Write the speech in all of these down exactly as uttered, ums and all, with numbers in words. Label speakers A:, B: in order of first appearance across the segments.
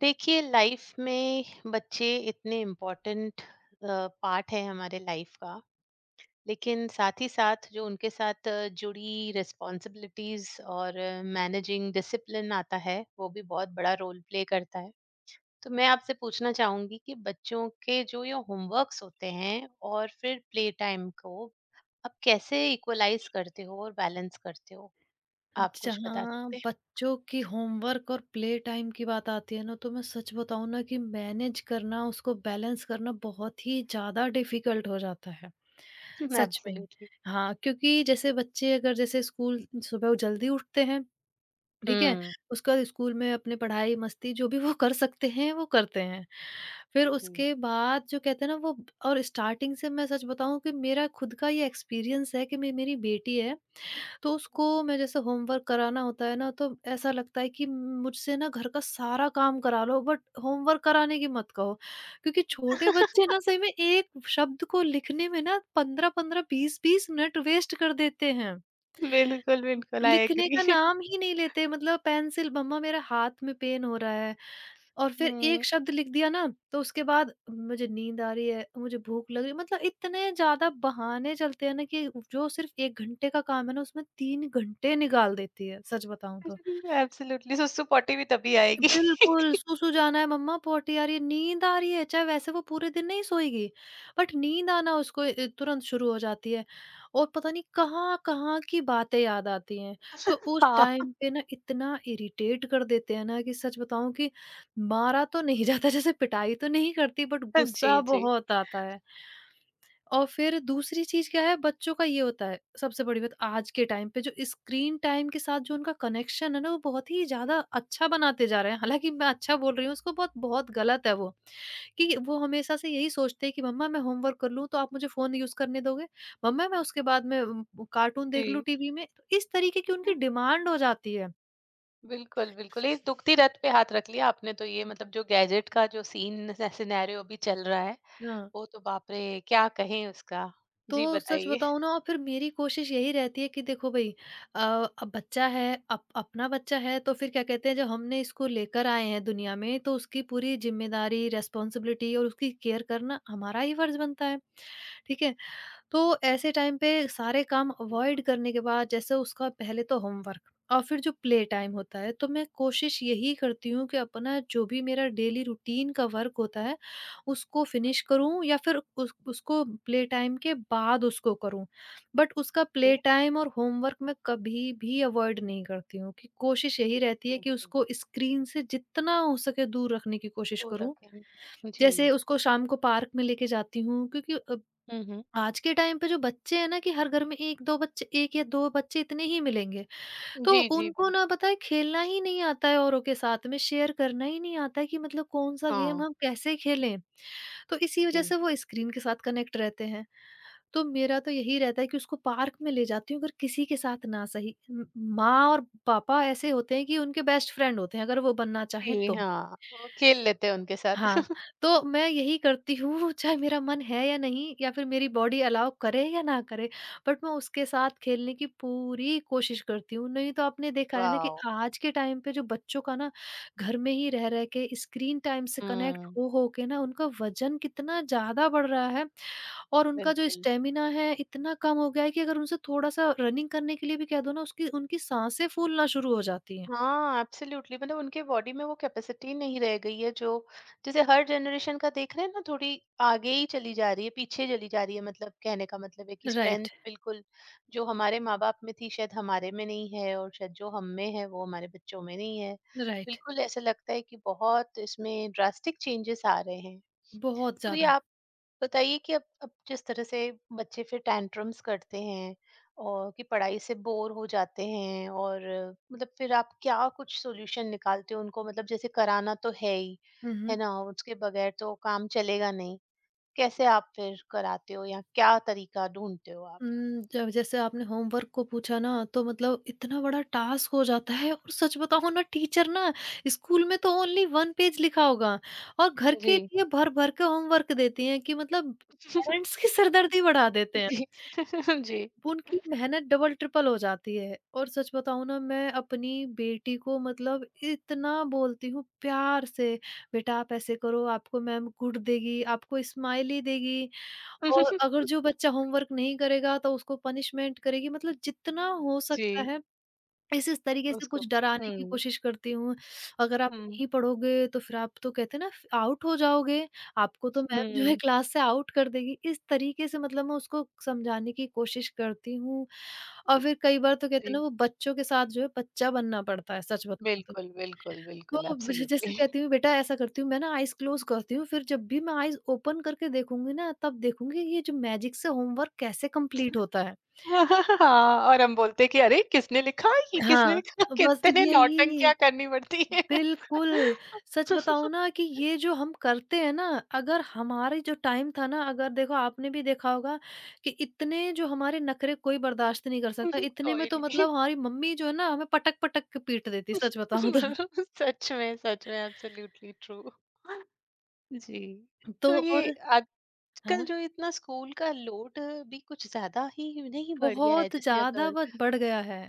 A: देखिए लाइफ में बच्चे इतने इम्पोर्टेंट पार्ट है हमारे लाइफ का, लेकिन साथ ही साथ जो उनके साथ अ, जुड़ी रिस्पॉन्सिबिलिटीज और मैनेजिंग डिसिप्लिन आता है, वो भी बहुत बड़ा रोल प्ले करता है। तो मैं आपसे पूछना चाहूंगी कि बच्चों के जो ये होमवर्क्स होते हैं और फिर प्ले टाइम को आप कैसे इक्वलाइज करते हो और बैलेंस करते हो? आप कुछ बता
B: जहाँ
A: सकते
B: बच्चों की होमवर्क और प्ले टाइम की बात आती है ना, तो मैं सच बताऊँ ना कि मैनेज करना, उसको बैलेंस करना बहुत ही ज़्यादा डिफिकल्ट हो जाता है।
A: हैं?
B: सच में।
A: एब्सोल्युटली।
B: हाँ, क्योंकि जैसे बच्चे, अगर जैसे स्कूल सुबह वो जल्दी उठते हैं, ठीक है?
A: हम्म।
B: उसके बाद स्कूल में अपने पढ़ाई, मस्ती जो भी वो कर सकते हैं, वो करते हैं। फिर
A: जी।
B: उसके बाद जो कहते हैं ना, वो। और स्टार्टिंग से मैं सच बताऊँ कि मेरा खुद का ये एक्सपीरियंस है कि मे मेरी बेटी है, तो उसको मैं जैसे होमवर्क कराना होता है ना, तो ऐसा लगता है कि मुझसे ना घर का सारा काम करा लो, बट होमवर्क कराने की मत कहो। क्योंकि छोटे बच्चे ना सही में एक शब्द को लिखने में ना पंद्रह पंद्रह, बीस बीस मिनट वेस्ट कर देते हैं।
A: बिल्कुल बिल्कुल, आई
B: लिखने
A: एग्री।
B: का नाम ही नहीं लेते, मतलब पेंसिल, मम्मा मेरा हाथ में पेन हो रहा है, और फिर
A: हुँ।
B: एक शब्द लिख दिया ना, तो उसके बाद मुझे नींद आ रही है, मुझे भूख लग रही है, मतलब इतने ज़्यादा बहाने चलते हैं ना कि जो सिर्फ़ एक घंटे का काम है ना, उसमें तीन घंटे निकाल देती है, सच बताऊँ तो।
A: एब्सोल्युटली, सुसु-पॉटी भी तभी आएगी।
B: बिल्कुल, सो-सो जाना है मम्मा, बहुत ही आ रही है, नींद आ रही है, चाहे वैसे वो पूरे दिन नहीं सोएगी, बट नींद आना उसको ए, तुरंत शुरू हो जाती है और पता नहीं कहाँ-कहाँ की बातें याद आती हैं। तो उस
A: हाँ।
B: टाइम पे ना इतना इरिटेट कर देते हैं ना कि सच बताऊँ कि मारा तो नहीं जाता, जैसे पिटाई तो नहीं करती, बट
A: जी,
B: गुस्सा
A: जी,
B: बहुत आता है। और फिर दूसरी चीज़ क्या है, बच्चों का ये होता है, सबसे बड़ी बात आज के टाइम पे जो स्क्रीन टाइम के साथ जो उनका कनेक्शन है ना, वो बहुत ही ज़्यादा अच्छा बनाते जा रहे हैं। हालाँकि मैं अच्छा बोल रही हूँ, उसको बहुत बहुत गलत है वो, कि वो हमेशा से यही सोचते हैं कि मम्मा मैं होमवर्क कर लूँ, तो आप मुझे फ़ोन यूज़ करने दोगे? मम्मा मैं उसके बाद में उम, कार्टून देख लूँ
A: जी।
B: टीवी में? तो इस तरीके की उनकी डिमांड हो जाती है।
A: बिल्कुल, बिल्कुल, ये दुखती रथ पे हाथ रख लिया आपने। तो ये मतलब जो गैजेट का जो सीन स सिनेरियो अभी चल रहा है,
B: हाँ।
A: वो तो बाप रे! क्या कहें उसका। जी,
B: तो सच
A: बताइए।
B: बताऊँ ना, और फिर मेरी कोशिश यही रहती है कि देखो भई, अ, अब बच्चा है, अप अपना बच्चा है, तो फिर क्या कहते हैं, जब हमने इसको लेकर आए हैं दुनिया में, तो उसकी पूरी ज़िम्मेदारी, रिस्पॉन्सिबिलिटी और उसकी केयर करना हमारा ही फर्ज़ बनता है। ठीक है? तो ऐसे टाइम पे सारे काम
A: बिल्कुल।
B: अवॉइड करने के बाद जैसे उसका पहले तो होमवर्क, और फिर जो प्ले टाइम होता है, तो मैं कोशिश यही करती हूँ कि अपना जो भी मेरा डेली रूटीन का वर्क होता है, उसको फिनिश करूँ या फिर उस, उसको प्ले टाइम के बाद उसको करूँ। बट उसका प्ले
A: हम्म।
B: टाइम और होमवर्क मैं कभी भी अवॉइड नहीं करती हूँ, कि कोशिश यही रहती है कि उसको स्क्रीन से जितना हो सके दूर रखने की कोशिश
A: तो
B: करूँ।
A: रखें। जी।
B: जैसे उसको शाम को पार्क में लेके जाती हूँ, क्योंकि
A: हुँ, हुँ।
B: आज के टाइम पे जो बच्चे हैं ना, कि हर घर में एक दो बच्चे, एक या दो बच्चे इतने ही मिलेंगे। तो
A: जी, जी,
B: उनको ना
A: बिल्कुल।
B: पता है, खेलना ही नहीं आता है औरों के साथ में, शेयर करना ही नहीं आता है कि मतलब कौन-सा गेम
A: हाँ।
B: हम कैसे खेलें। तो इसी वज़ह
A: जी।
B: से वो स्क्रीन के साथ कनेक्ट रहते हैं। तो मेरा तो यही रहता है कि उसको पार्क में ले जाती हूँ, अगर किसी के साथ ना सही। म माँ और पापा ऐसे होते हैं कि उनके बेस्ट फ्रेंड होते हैं, अगर वो बनना चाहें
A: जी,
B: तो।
A: हाँ, वो खेल लेते हैं उनके साथ।
B: हाँ, तो मैं यही करती हूँ चाहे मेरा मन है या नहीं, या फिर मेरी बॉडी अलाउ करे या ना करे, बट मैं उसके साथ खेलने की पूरी कोशिश करती हूँ। नहीं तो आपने देखा है ना कि
A: वाओ!
B: आज के टाइम पे जो बच्चों का ना घर में ही रह-रह के स्क्रीन टाइम से कनेक्ट
A: हुँ,
B: हो हो के ना उनका वज़न कितना ज़्यादा बढ़ रहा है, और उनका जो
A: बिल्कुल।
B: स्टैमिना है इतना कम हो गया है कि अगर उनसे थोड़ा-सा रनिंग करने के लिए भी कह दो ना, उसकी उनकी साँसें फूलना शुरू हो जाती हैं।
A: हाँ एब्सोल्युटली, मतलब उनके बॉडी में वो कैपेसिटी नहीं रह गई है जो, जैसे हर जनरेशन का देख रहे हैं ना, थोड़ी आगे ही चली जा रही है, पीछे चली जा रही है। मतलब कहने का मतलब है कि स्ट्रेंथ
B: राइट,
A: बिल्कुल जो हमारे माँ बाप में थी शायद हमारे में नहीं है, और शायद जो हम में है वो हमारे बच्चों में नहीं है।
B: राइट।
A: बिल्कुल ऐसा लगता है कि बहुत इसमें ड्रास्टिक चेंजेस आ रहे हैं।
B: बहुत
A: तो ये
B: ज़्यादा।
A: आप बताइए कि अब अब जिस तरह से बच्चे फिर टैंट्रम्स करते हैं और कि पढ़ाई से बोर हो जाते हैं, और मतलब फिर आप क्या कुछ सॉल्यूशन निकालते हो उनको? मतलब जैसे कराना तो है ही,
B: हुँ,
A: है
B: हुँ।
A: ना, उसके बगैर तो काम चलेगा नहीं। कैसे आप फिर कराते हो या क्या तरीका ढूंढते हो आप?
B: उम, जब जैसे आपने होमवर्क को पूछा ना, तो मतलब इतना बड़ा टास्क हो जाता है, और सच बताऊँ ना, टीचर ना स्कूल में तो ओनली एक पेज लिखा होगा, और घर
A: जी।
B: के लिए भर-भर के होमवर्क देती हैं कि मतलब पेरेंट्स की सिरदर्दी बढ़ा देते हैं।
A: जी। जी।
B: उनकी मेहनत डबल ट्रिपल हो जाती है, और सच बताऊँ ना, मैं अपनी बेटी को मतलब इतना बोलती हूँ प्यार से, "बेटा आप ऐसे करो, आपको मैम गुड देगी, आपको स्माइली देगी।" और अगर जो बच्चा होमवर्क नहीं करेगा तो उसको पनिशमेंट करेगी, मतलब जितना हो सकता
A: जी।
B: है इस इस तरीके से
A: उसको।
B: कुछ डराने की
A: हम्म।
B: कोशिश करती हूँ। अगर आप
A: हम्म।
B: नहीं पढ़ोगे, तो फिर आप तो कहते हैं ना, फ आउट हो जाओगे, आपको तो मैम जो है
A: हम्म।
B: क्लास से आउट कर देगी। इस तरीके से मतलब मैं उसको समझाने की कोशिश करती हूँ, और फिर कई बार तो कहते हैं ना,
A: जी।
B: वो बच्चों के साथ जो है बच्चा बनना पड़ता है, सच बताऊँ तो।
A: बिल्कुल बिल्कुल बिल्कुल,
B: तो ज- जैसे
A: एब्सोल्युटली।
B: कहती हूँ, बेटा ऐसा करती हूँ मैं ना आईज़ क्लोज़ करती हूँ, फिर जब भी मैं आईज़ ओपन करके देखूँगी ना, तब देखूँगी ये जो मैजिक से होमवर्क कैसे कंप्लीट होता है।
A: हाँ, और हम बोलते हैं कि अरे! किसने लिखा, ये किसने
B: हाँ,
A: लिखा?
B: बस
A: कितने
B: यही।
A: नौटंकियाँ करनी पड़ती है।
B: बिल्कुल, सच बताऊँ ना कि ये जो हम करते हैं ना, अगर हमारे जो टाइम था ना, अगर देखो आपने भी देखा होगा कि इतने जो हमारे नखरे कोई बर्दाश्त नहीं कर सकता, इतने में
A: कोई
B: तो
A: नहीं।
B: मतलब हमारी मम्मी जो है ना, हमें पटक-पटक के पीट देती, सच बताऊँ तो।
A: सच में, सच में, एब्सोल्युटली ट्रू। जी। तो
B: तो
A: ये
B: और
A: आजकल
B: हाँ,
A: जो इतना स्कूल का लोड भी कुछ ज़्यादा ही नहीं बढ़ गया है?
B: बहुत
A: जैसे
B: ज़्यादा
A: अगर
B: ब बढ़ गया है।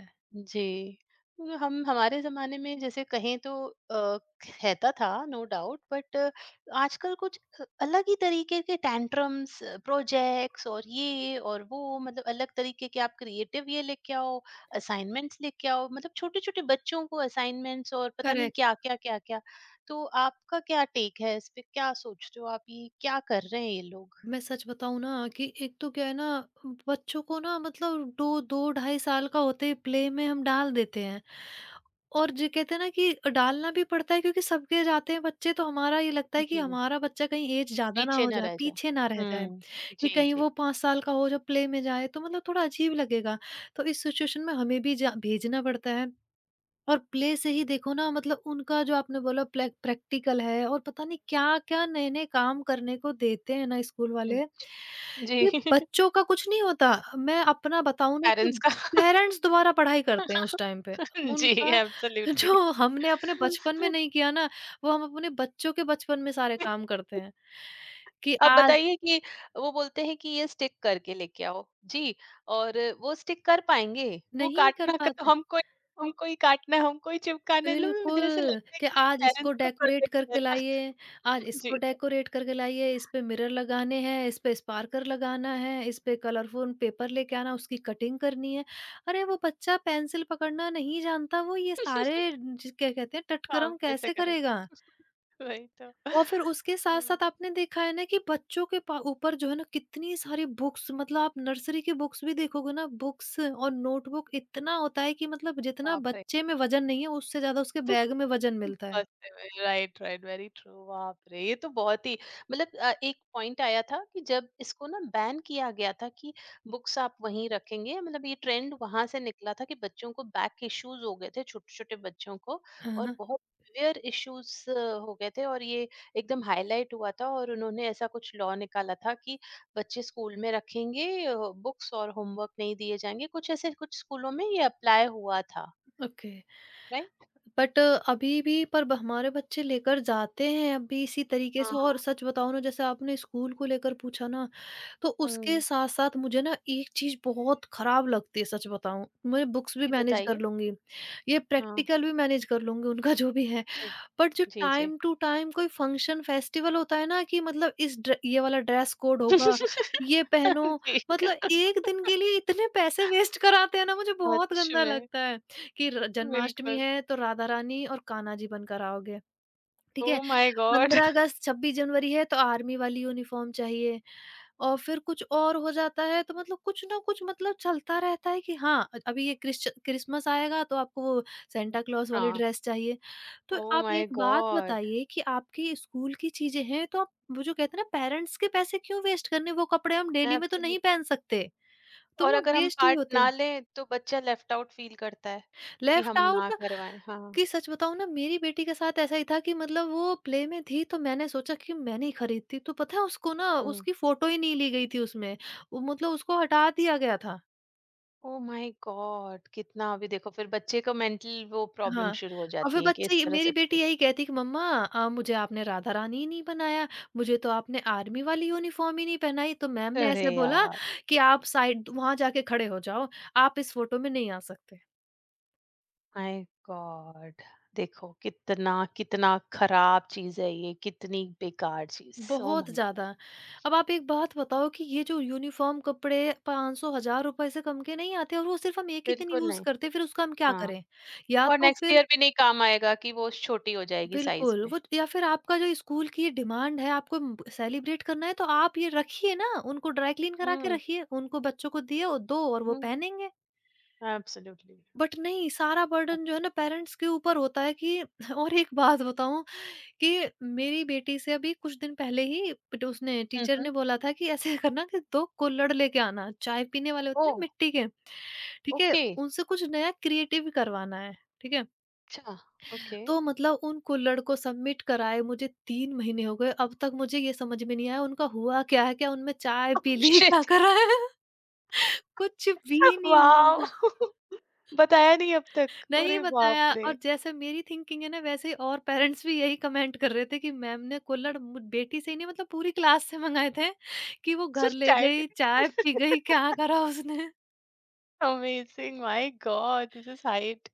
A: जी। तो हम हमारे ज़माने में जैसे कहें तो अ, रहता था नो डाउट, बट आजकल कुछ अ, अलग ही तरीके के टैंट्रम्स, प्रोजेक्ट्स और ये और वो, मतलब अलग तरीके के आप क्रिएटिव ये लेके आओ, असाइनमेंट्स लेके आओ। मतलब छोटे-छोटे बच्चों को असाइनमेंट्स, और पता नहीं
B: करेक्ट।
A: क्या-क्या, क्या-क्या। तो आपका क्या टेक है इस पे? क्या सोचते हो आप ये क्या कर रहे हैं ये लोग?
B: मैं सच बताऊं ना कि एक तो क्या है ना, बच्चों को ना मतलब दो दो ढाई साल का होते ही प्ले में हम डाल देते हैं, और जो कहते हैं ना कि डालना भी पड़ता है, क्योंकि सबके जाते हैं बच्चे, तो हमारा ये लगता है कि
A: जी,
B: हमारा बच्चा कहीं एज ज्यादा ना
A: पीछे
B: हो
A: ना
B: जाए,
A: रह जाए।
B: पीछे ना रह जाए,
A: हुँ।
B: कि
A: जी,
B: कहीं
A: जी।
B: वो पाँच साल का हो जब प्ले में जाए, तो मतलब थोड़ा अजीब लगेगा। तो इस सिचुएशन में हमें भी जा- भेजना पड़ता है, और प्ले से ही देखो ना, मतलब उनका जो आपने बोला, प्ले प्रैक्टिकल है, और पता नहीं क्या-क्या नए-नए काम करने को देते हैं ना स्कूल
A: हुँ,
B: वाले, ये
A: जी।
B: बच्चों का कुछ नहीं होता। मैं अपना बताऊँ ना कि
A: पेरेंट्स का।
B: पेरेंट्स दोबारा पढ़ाई करते हैं उस टाइम पे।
A: जी,
B: उनका
A: एब्सोल्युटली।
B: जो हमने अपने बचपन में नहीं किया ना, वो हम अपने बच्चों के बचपन में सारे काम करते हैं, कि
A: अब
B: आज
A: बताइए कि वो बोलते हैं कि ये स्टिक करके लेके आओ। जी, और वो स्टिक कर पाएँगे? वो
B: नहीं कर
A: काटना का तो
B: पाते।
A: हमको ही, हमको ही काटना है, हमको ही चिपकाना है। मतलब मुझे ऐसे
B: बिल्कुल,
A: लगता है
B: कि
A: कि
B: आज इसको
A: पेरेंट्स को
B: डेकोरेट
A: प्रोजेक्ट दिया
B: करके
A: जा
B: लाइए,
A: रहा है।
B: आज इसको
A: जी।
B: डेकोरेट करके लाइए, इस पे मिरर लगाने हैं, इस पे स्पार्कल लगाना है, इस पे कलरफुल पेपर लेके आना, उसकी कटिंग करनी है। अरे वो बच्चा पेंसिल पकड़ना नहीं जानता, वो ये सारे जिस क्या कहते हैं
A: काम
B: टटकरम
A: कैसे
B: कैसे
A: करें?
B: करेगा?
A: वही तो।
B: और फिर उसके
A: हाँ,
B: साथ-साथ आपने देखा है ना कि बच्चों के पा ऊपर जो है ना, कितनी सारी बुक्स, मतलब आप नर्सरी की बुक्स भी देखोगे ना, बुक्स और नोटबुक इतना होता है कि मतलब जितना
A: बाप रे!
B: बच्चे में वज़न नहीं है, उससे ज़्यादा उसके बैग में वज़न मिलता है।
A: बस में, राइट राइट, वेरी ट्रू। बाप रे, ये तो बहुत ही, मतलब अ, एक पॉइंट आया था कि जब इसको ना बैन किया गया था कि बुक्स आप वहीं रखेंगे। मतलब ये ट्रेंड वहां से निकला था कि बच्चों को बैक इश्यूज हो गए थे, छोटे छोटे बच्चों को
B: हाँ,
A: और
B: हाँ।
A: बहुत सिवियर इश्यूज हो गए थे, और ये एकदम हाईलाइट हुआ था, और उन्होंने ऐसा कुछ लॉ निकाला था कि बच्चे स्कूल में रखेंगे बुक्स और होमवर्क नहीं दिए जाएंगे। कुछ ऐसे कुछ स्कूलों में ये अप्लाई हुआ था।
B: ओके।
A: राइट।
B: बट अभी भी पर ब- हमारे बच्चे लेकर जाते हैं अब भी इसी तरीके से, और
A: हाँ।
B: सच बताओ ना, जैसे आपने स्कूल को लेकर पूछा ना, तो उसके
A: हम्म।
B: साथ साथ मुझे ना एक चीज बहुत खराब लगती है, सच बताऊं। मैं बुक्स भी
A: जी,
B: मैनेज कर
A: बताइए।
B: लूंगी, ये
A: हाँ,
B: प्रैक्टिकल भी मैनेज कर लूंगी, उनका जो भी है,
A: जी,
B: बट जो
A: जी, जी।
B: टाइम टू टाइम कोई फंक्शन फेस्टिवल होता है ना, कि मतलब इस ड्रे- ये वाला ड्रेस कोड होगा, ये पहनो,
A: जी,
B: मतलब एक दिन के लिए इतने पैसे वेस्ट कराते हैं ना, मुझे बहुत
A: सच
B: गंदा
A: में,
B: लगता है कि र- जन्माष्टमी
A: बिल्कुल।
B: है तो राधा रानी और कान्हा जी बनकर आओगे, ठीक है,
A: ओह माय गॉड!
B: पंद्रह अगस्त, छब्बीस जनवरी है तो आर्मी वाली यूनिफॉर्म चाहिए, और फिर कुछ और हो जाता है, तो मतलब कुछ ना कुछ मतलब चलता रहता है, कि हाँ, अ- अभी ये क्रिश्च- क्रिसमस आएगा तो आपको वो सेंटा क्लॉज वाली
A: हाँ,
B: ड्रेस चाहिए। तो
A: ओह
B: आप
A: माय
B: एक बात
A: गॉड!
B: बताइए, कि आपके स्कूल की चीजें हैं तो आप वो जो कहते हैं ना, पेरेंट्स के पैसे क्यों वेस्ट करने, वो कपड़े हम डेली में तो नहीं
A: एब्सोल्युटली।
B: पहन सकते, तो
A: और
B: वो
A: अगर हम
B: वेस्ट ही
A: पार्ट
B: होते
A: ना
B: हैं।
A: लें, तो बच्चा लेफ्ट आउट फ़ील करता है, कि
B: लेफ्ट
A: हम ना
B: आउट।
A: करवाएँ, हाँ,
B: कि सच बताऊं ना, मेरी बेटी के साथ ऐसा ही था कि मतलब वो प्ले में थी, तो मैंने सोचा कि मैं नहीं खरीदती, तो पता है उसको ना,
A: हुँ।
B: उसकी फोटो ही नहीं ली गई थी उसमें, वो मतलब उसको हटा दिया गया था।
A: Oh my god! कितना, अभी देखो फिर बच्चे को मेंटल वो प्रॉब्लम
B: हाँ,
A: शुरू हो
B: और फिर
A: जाती है कि
B: बच्चे
A: इस
B: ये
A: तरह
B: मेरी
A: से
B: बेटी
A: ट्रीट।
B: यही कहती कि मम्मा अ, मुझे आपने राधा रानी ही नहीं बनाया, मुझे तो आपने आर्मी वाली यूनिफ़ॉर्म ही नहीं पहनाई, तो मैम ने
A: अरे
B: ऐसे बोला
A: यार!
B: कि आप साइड वहाँ जाके खड़े हो जाओ, आप इस फ़ोटो में नहीं आ सकते।
A: माय गॉड, देखो कितना कितना खराब चीज है ये, कितनी बेकार चीज, ओ
B: बहुत
A: माय गॉड।
B: ज़्यादा। अब आप एक बात बताओ कि ये जो यूनिफ़ॉर्म कपड़े 500 हज़ार रुपए से कम के नहीं आते, और वो सिर्फ़ हम एक ही दिन
A: बिल्कुल
B: यूज़
A: नहीं।
B: करते हैं, फिर उसका हम क्या
A: हाँ।
B: करें? या
A: और
B: तो
A: नेक्स्ट
B: फिर
A: ईयर भी नहीं काम आएगा कि वो छोटी हो जाएगी साइज
B: बिल्कुल,
A: में।
B: वो या फिर आपका जो स्कूल की ये डिमांड है, आपको उम, सेलिब्रेट करना है, तो आप ये रखिए ना, उनको ड्राई क्लीन करा के
A: हम्म।
B: रखिए, उनको बच्चों को दिए और दो, और वो
A: हम्म।
B: पहनेंगे।
A: एब्सोल्युटली।
B: बट नहीं, सारा बर्डन जो है ना, पेरेंट्स के ऊपर होता है कि और एक बात बताऊँ कि मेरी बेटी से अभी कुछ दिन पहले ही, बट उसने टीचर
A: हम्म।
B: ने बोला था कि ऐसे करना कि दो कुल्हड़ लेके आना, चाय पीने वाले
A: ओ।
B: होते हैं ना, मिट्टी के, ठीक है?
A: ओके।
B: उनसे कुछ नया क्रिएटिव करवाना है, ठीक है?
A: अच्छा। ओके।
B: तो मतलब उन कुल्हड़ को सबमिट कराए मुझे तीन महीने हो गए, अब तक मुझे ये समझ में नहीं आया उनका हुआ क्या है। क्या उनमें चाय पी ली? क्या
A: शिट।
B: करा है? कुछ भी नहीं
A: वाओ।
B: हुआ।
A: बताया नहीं अब तक,
B: नहीं
A: अरे
B: बताया,
A: बाप रे।
B: और जैसे मेरी थिंकिंग है ना, वैसे ही और पेरेंट्स भी यही कमेंट कर रहे थे कि मैम ने कुल्हड़ मु बेटी से ही नहीं, मतलब पूरी क्लास से मँगाए थे, कि वो घर ले
A: टाइम ही
B: गई, चाय पी
A: नहीं।
B: गई, क्या करा उसने?
A: Amazing, my god, this is height.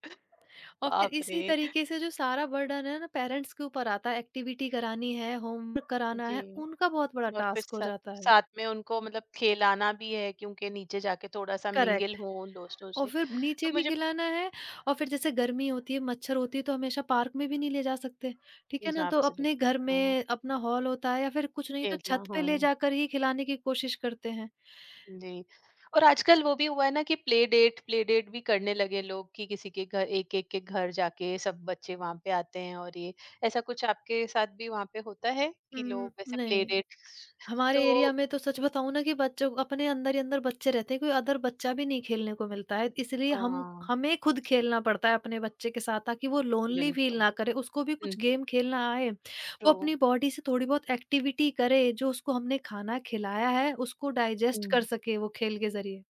B: और फिर
A: बाप
B: इसी
A: रे।
B: तरीके से जो सारा बर्डन है ना, पेरेंट्स के ऊपर आता है, एक्टिविटी करानी है, होमवर्क कराना
A: जी।
B: है, उनका बहुत बड़ा
A: और फिर
B: टास्क हो
A: साथ
B: जाता है।
A: साथ में उनको मतलब खिलाना भी है, क्योंकि नीचे जाके थोड़ा-सा मिंगल
B: करेक्ट।
A: हो उन दोस्तों
B: और
A: से।
B: फिर
A: तो
B: नीचे भी
A: मुझे
B: खिलाना है, और फिर जैसे गर्मी होती है, मच्छर होती है, तो हमेशा पार्क में भी नहीं ले जा सकते, ठीक है ना? तो अपने
A: एब्सोल्युटली।
B: घर
A: हाँ,
B: में अपना हॉल होता है, या फिर कुछ नहीं तो
A: खेलना
B: छत पे ले
A: हाँ,
B: जाकर ही खिलाने की कोशिश करते हैं।
A: जी। और आजकल वो भी हुआ है ना कि प्ले डेट, प्ले डेट भी करने लगे लोग कि किसी के घर, एक-एक के घर जाके सब बच्चे वहाँ पे आते हैं, और ये ऐसा कुछ आपके साथ भी वहाँ पे होता है कि
B: उम,
A: लोग वैसे प्ले
B: नहीं।
A: डेट?
B: हमारे
A: तो
B: एरिया में तो सच बताऊँ ना, कि बच्चों अपने अंदर ही अंदर बच्चे रहते हैं, कोई अदर बच्चा भी नहीं खेलने को मिलता है। इसलिए हम
A: हाँ,
B: हमें खुद खेलना पड़ता है अपने बच्चे के साथ, ताकि वो लोनली फ़ील
A: बिल्कुल।
B: ना करे, उसको भी
A: हुँ,
B: कुछ गेम खेलना आए, वो
A: ट्रू।
B: अपनी बॉडी से थोड़ी बहुत एक्टिविटी करे, जो उसको हमने खाना खिलाया है, उसको डाइजेस्ट कर
A: हुँ।
B: सके वो खेल के ज़रिए।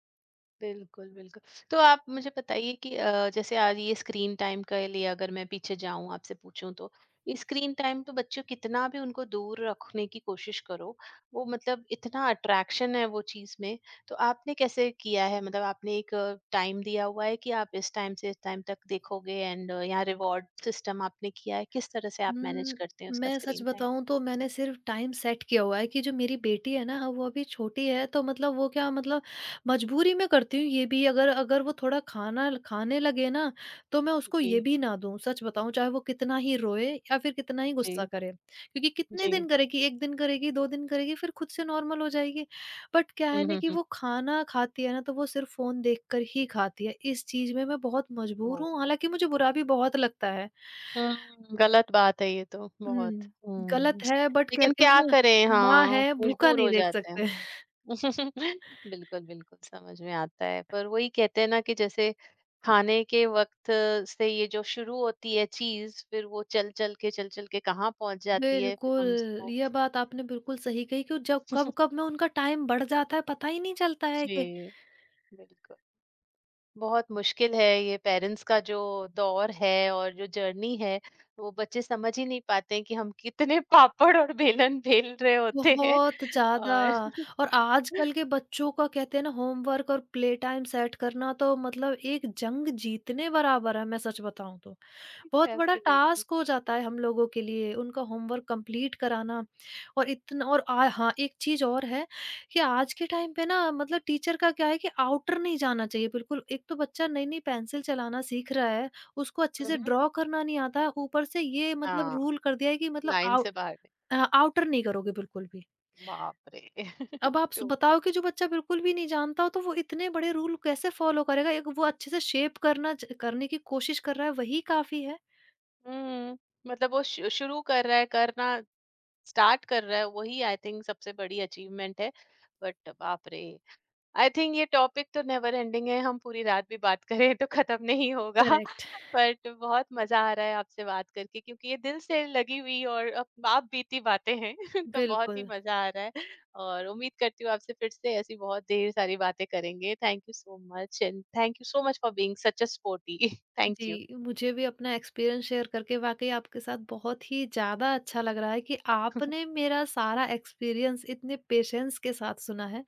A: बिल्कुल, बिल्कुल। तो आप मुझे बताइए कि अ, जैसे आज ये स्क्रीन टाइम के लिए अगर मैं पीछे जाऊँ आपसे पूछूँ तो, स्क्रीन टाइम तो बच्चों, कितना भी उनको दूर रखने की कोशिश करो, वो मतलब इतना अट्रैक्शन है वो चीज़ में, तो आपने कैसे किया है? मतलब आपने एक टाइम दिया हुआ है कि आप इस टाइम से इस टाइम तक देखोगे, एंड यहाँ रिवॉर्ड सिस्टम आपने किया है, किस तरह से आप मैनेज
B: उम,
A: करते हैं उसका
B: मैं सच
A: स्क्रीन टाइम?
B: बताऊँ तो मैंने सिर्फ़ टाइम सेट किया हुआ है कि जो मेरी बेटी है ना, हाँ, वो अभी छोटी है, तो मतलब वो क्या, मतलब मजबूरी में करती हूँ ये भी। अगर अगर वो थोड़ा खाना खाने लगे ना, तो मैं उसको ये
A: जी,
B: भी ना दूँ, सच बताऊँ, चाहे वो कितना ही रोए या फिर कितना ही गुस्सा
A: जी,
B: करे। क्योंकि कितने
A: जी।
B: दिन करेगी, एक दिन करेगी, दो दिन करेगी, फिर खुद से नॉर्मल हो जाएगी। बट क्या है
A: हुँ,
B: ना,
A: हुँ,
B: कि
A: हुँ।
B: वो खाना खाती है ना, तो वो सिर्फ़ फ़ोन देखकर ही खाती है। इस चीज़ में मैं बहुत मजबूर
A: ओह!
B: हूँ, हालाँकि मुझे बुरा भी बहुत लगता है।
A: हुँ, गलत बात है ये तो बहुत।
B: हुँ,
A: हुँ,
B: गलत है, बट
A: लेकिन
B: कहती हूँ
A: क्या
B: ना,
A: करें?
B: माँ
A: हाँ,
B: है, भूखा
A: मजबूर हो
B: नहीं देख
A: जाते हैं।
B: सकते।
A: बिल्कुल, बिल्कुल, समझ में आता है। पर वही कहते हैं ना कि जैसे खाने के वक़्त से ये जो शुरू होती है चीज़, फिर वो चल-चल के, चल-चल के कहाँ पहुँच जाती है, फिर
B: बिल्कुल,
A: हम उसको
B: ये बात आपने बिल्कुल सही कही कि जब कब-कब में उनका टाइम बढ़ जाता है, पता ही नहीं चलता है
A: जी,
B: कि
A: बिल्कुल। बहुत मुश्किल है ये पेरेंट्स का जो दौर है और जो जर्नी है, वो बच्चे समझ ही नहीं पाते हैं कि हम कितने पापड़ और बेलन बेल रहे होते हैं
B: बहुत ज़्यादा।
A: और
B: और आजकल के बच्चों का कहते हैं ना, होमवर्क और प्ले टाइम सेट करना, तो मतलब एक जंग जीतने बराबर है, मैं सच बताऊं तो। बहुत बड़ा
A: एब्सोल्युटली।
B: टास्क हो जाता है हम लोगों के लिए उनका होमवर्क कंप्लीट कराना। और इतना, और आ, हाँ, एक चीज और है कि आज के टाइम पे ना, मतलब टीचर का क्या है कि आउटर नहीं जाना चाहिए बिल्कुल। एक तो बच्चा नई नई पेंसिल चलाना सीख रहा है, उसको अच्छे से
A: हम्म।
B: ड्रॉ करना नहीं आता है, ऊपर से ये मतलब
A: हाँ,
B: रूल कर दिया है कि मतलब
A: लाइन
B: आउट
A: से बाहर नहीं।
B: आउटर नहीं करोगे बिल्कुल भी।
A: बाप रे।
B: अब आप स
A: टू
B: बताओ कि
A: मच।
B: जो बच्चा बिल्कुल भी नहीं जानता हो, तो वो इतने बड़े रूल कैसे फ़ॉलो करेगा? एक वो अच्छे से शेप करना च करने की कोशिश कर रहा है, वही काफ़ी है।
A: हम्म। मतलब वो शु- शुरू कर रहा है करना, स्टार्ट कर रहा है, वही आई थिंक सबसे बड़ी अचीवमेंट है। बट बाप रे, आई थिंक ये टॉपिक तो नेवर एंडिंग है, हम पूरी रात भी बात करें तो खत्म नहीं होगा।
B: करेक्ट।
A: बट बहुत मज़ा आ रहा है आपसे बात करके, क्योंकि ये दिल से लगी हुई और अप आप बीती बातें हैं। तो बहुत ही
B: बिल्कुल।
A: मज़ा आ रहा है, और उम्मीद करती हूँ आपसे फिर से ऐसी बहुत ढेर सारी बातें करेंगे। Thank you so much, and thank you so much for being such a sporty. Thank you.
B: जी, मुझे भी अपना एक्सपीरियंस शेयर करके वाक़ई आपके साथ बहुत ही ज़्यादा अच्छा लग रहा है कि आपने मेरा सारा एक्सपीरियंस इतने पेशेंस के साथ सुना है।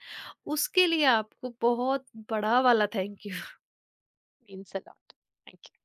B: उसके लिए आपको बहुत बड़ा वाला thank you.
A: Means a lot. Thank you.